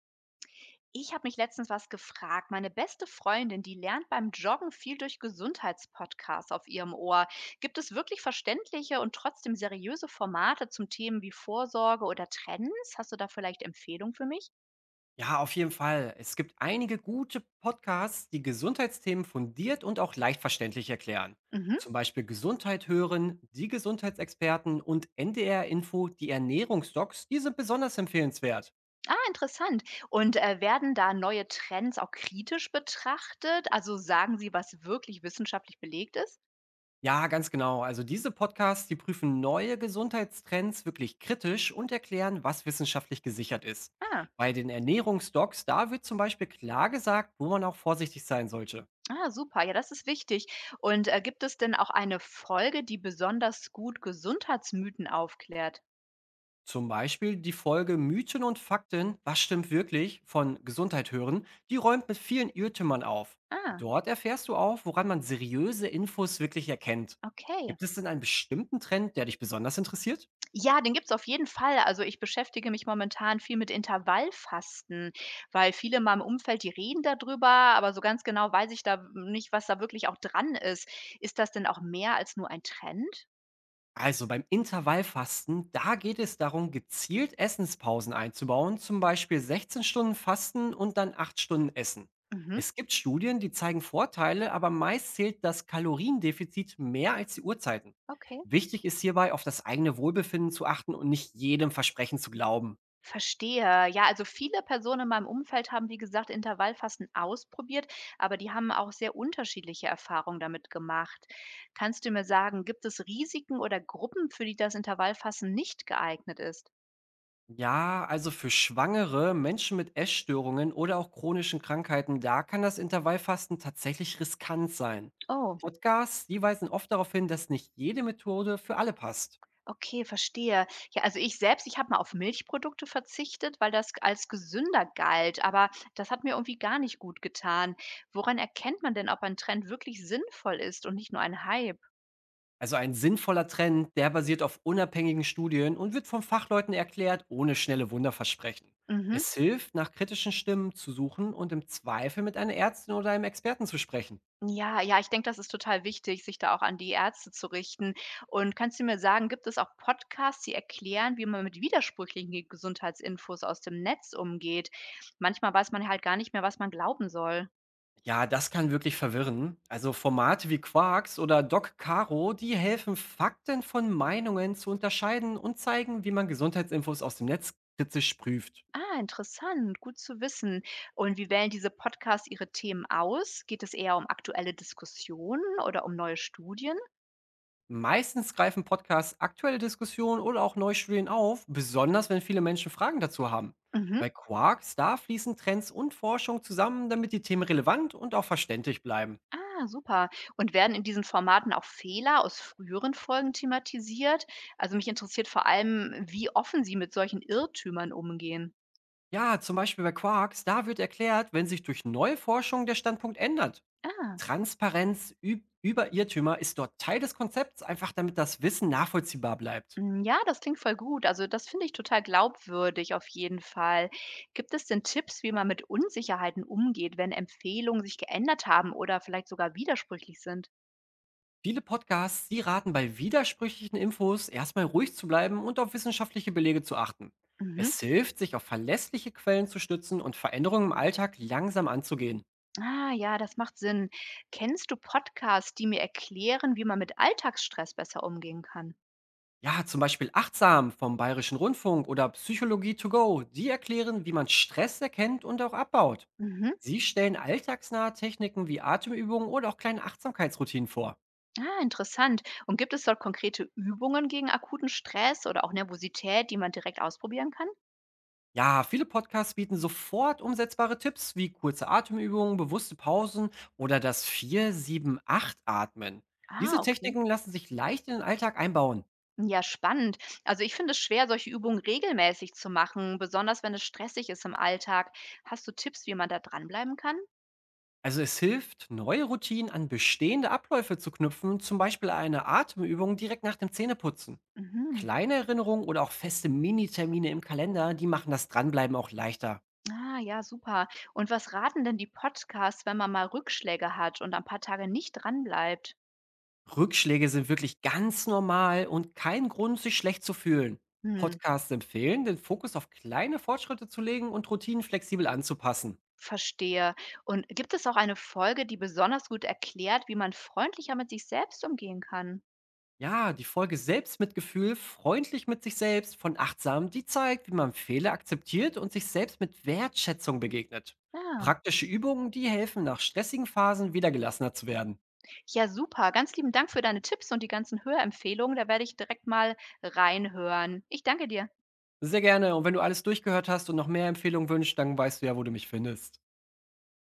Ich habe mich letztens was gefragt. Meine beste Freundin, die lernt beim Joggen viel durch Gesundheitspodcasts auf ihrem Ohr. Gibt es wirklich verständliche und trotzdem seriöse Formate zum Themen wie Vorsorge oder Trends? Hast du da vielleicht Empfehlungen für mich? Ja, auf jeden Fall. Es gibt einige gute Podcasts, die Gesundheitsthemen fundiert und auch leicht verständlich erklären. Mhm. Zum Beispiel Gesundheit hören, die Gesundheitsexperten und NDR Info, die Ernährungsdocs, die sind besonders empfehlenswert. Ah, interessant. Und werden da neue Trends auch kritisch betrachtet? Also sagen sie, was wirklich wissenschaftlich belegt ist? Ja, ganz genau. Also diese Podcasts, die prüfen neue Gesundheitstrends wirklich kritisch und erklären, was wissenschaftlich gesichert ist. Ah, Bei den Ernährungsdocs, da wird zum Beispiel klar gesagt, wo man auch vorsichtig sein sollte. ah, super. Ja, das ist wichtig. Und gibt es denn auch eine Folge, die besonders gut Gesundheitsmythen aufklärt? Zum Beispiel die Folge Mythen und Fakten, was stimmt wirklich, von Gesundheit hören, die räumt mit vielen Irrtümern auf. Ah. Dort erfährst du auch, woran man seriöse Infos wirklich erkennt. Okay. Gibt es denn einen bestimmten Trend, der dich besonders interessiert? Ja, den gibt's auf jeden Fall. Also, ich beschäftige mich momentan viel mit Intervallfasten, weil viele in meinem Umfeld, die reden darüber, aber so ganz genau weiß ich da nicht, was da wirklich auch dran ist. Ist das denn auch mehr als nur ein Trend? Also beim Intervallfasten, da geht es darum, gezielt Essenspausen einzubauen, zum Beispiel 16 Stunden Fasten und dann 8 Stunden Essen. Mhm, Es gibt Studien, die zeigen Vorteile, aber meist zählt das Kaloriendefizit mehr als die Uhrzeiten. okay. Wichtig ist hierbei, auf das eigene Wohlbefinden zu achten und nicht jedem Versprechen zu glauben. Verstehe. Ja, also viele Personen in meinem Umfeld haben, wie gesagt, Intervallfasten ausprobiert, aber die haben auch sehr unterschiedliche Erfahrungen damit gemacht. Kannst du mir sagen, gibt es Risiken oder Gruppen, für die das Intervallfasten nicht geeignet ist? Ja, also für Schwangere, Menschen mit Essstörungen oder auch chronischen Krankheiten, da kann das Intervallfasten tatsächlich riskant sein. Oh. Podcasts, die weisen oft darauf hin, dass nicht jede Methode für alle passt. Okay, verstehe. Ja, also ich selbst, ich habe mal auf Milchprodukte verzichtet, weil das als gesünder galt, aber das hat mir irgendwie gar nicht gut getan. Woran erkennt man denn, ob ein Trend wirklich sinnvoll ist und nicht nur ein Hype? Also ein sinnvoller Trend, der basiert auf unabhängigen Studien und wird von Fachleuten erklärt, ohne schnelle Wunderversprechen. Mhm. Es hilft, nach kritischen Stimmen zu suchen und im Zweifel mit einer Ärztin oder einem Experten zu sprechen. Ja, ja, ich denke, das ist total wichtig, sich da auch an die Ärzte zu richten. Und kannst du mir sagen, gibt es auch Podcasts, die erklären, wie man mit widersprüchlichen Gesundheitsinfos aus dem Netz umgeht? Manchmal weiß man halt gar nicht mehr, was man glauben soll. Ja, das kann wirklich verwirren. Also Formate wie Quarks oder Doc Caro, die helfen, Fakten von Meinungen zu unterscheiden und zeigen, wie man Gesundheitsinfos aus dem Netz kritisch prüft. Ah, interessant, gut zu wissen. Und wie wählen diese Podcasts ihre Themen aus? Geht es eher um aktuelle Diskussionen oder um neue Studien? Meistens greifen Podcasts aktuelle Diskussionen oder auch Neustudien auf, besonders wenn viele Menschen Fragen dazu haben. Mhm. Bei Quarks, da fließen Trends und Forschung zusammen, damit die Themen relevant und auch verständlich bleiben. Ah, super. Und werden in diesen Formaten auch Fehler aus früheren Folgen thematisiert? Also mich interessiert vor allem, wie offen Sie mit solchen Irrtümern umgehen. Ja, zum Beispiel bei Quarks, da wird erklärt, wenn sich durch neue Forschung der Standpunkt ändert. Ah. Transparenz üb über Irrtümer ist dort Teil des Konzepts, einfach damit das Wissen nachvollziehbar bleibt. Mm, ja, das klingt voll gut. Also das finde ich total glaubwürdig auf jeden Fall. Gibt es denn Tipps, wie man mit Unsicherheiten umgeht, wenn Empfehlungen sich geändert haben oder vielleicht sogar widersprüchlich sind? Viele Podcasts, die raten bei widersprüchlichen Infos erstmal ruhig zu bleiben und auf wissenschaftliche Belege zu achten. Mhm. Es hilft, sich auf verlässliche Quellen zu stützen und Veränderungen im Alltag langsam anzugehen. Ah, ja, das macht Sinn. Kennst du Podcasts, die mir erklären, wie man mit Alltagsstress besser umgehen kann? Ja, zum Beispiel Achtsam vom Bayerischen Rundfunk oder Psychologie to go, die erklären, wie man Stress erkennt und auch abbaut. Mhm. Sie stellen alltagsnahe Techniken wie Atemübungen oder auch kleine Achtsamkeitsroutinen vor. Ah, interessant. Und gibt es dort konkrete Übungen gegen akuten Stress oder auch Nervosität, die man direkt ausprobieren kann? Ja, viele Podcasts bieten sofort umsetzbare Tipps wie kurze Atemübungen, bewusste Pausen oder das 4-7-8-Atmen. Diese Ah, okay. Techniken lassen sich leicht in den Alltag einbauen. Ja, spannend. Also ich finde es schwer, solche Übungen regelmäßig zu machen, besonders wenn es stressig ist im Alltag. Hast du Tipps, wie man da dranbleiben kann? Also es hilft, neue Routinen an bestehende Abläufe zu knüpfen, zum Beispiel eine Atemübung direkt nach dem Zähneputzen. Mhm. Kleine Erinnerungen oder auch feste Minitermine im Kalender, die machen das Dranbleiben auch leichter. Ah, ja, super. Und was raten denn die Podcasts, wenn man mal Rückschläge hat und ein paar Tage nicht dranbleibt? Rückschläge sind wirklich ganz normal und kein Grund, sich schlecht zu fühlen. Hm, Podcasts empfehlen, den Fokus auf kleine Fortschritte zu legen und Routinen flexibel anzupassen. verstehe. Und gibt es auch eine Folge, die besonders gut erklärt, wie man freundlicher mit sich selbst umgehen kann? Ja, die Folge Selbstmitgefühl, freundlich mit sich selbst von achtsam, die zeigt, wie man Fehler akzeptiert und sich selbst mit Wertschätzung begegnet. Ja. Praktische Übungen, die helfen, nach stressigen Phasen wieder gelassener zu werden. Ja, super. Ganz lieben Dank für deine Tipps und die ganzen Hörempfehlungen. Da werde ich direkt mal reinhören. Ich danke dir. Sehr gerne. Und wenn du alles durchgehört hast und noch mehr Empfehlungen wünschst, dann weißt du ja, wo du mich findest.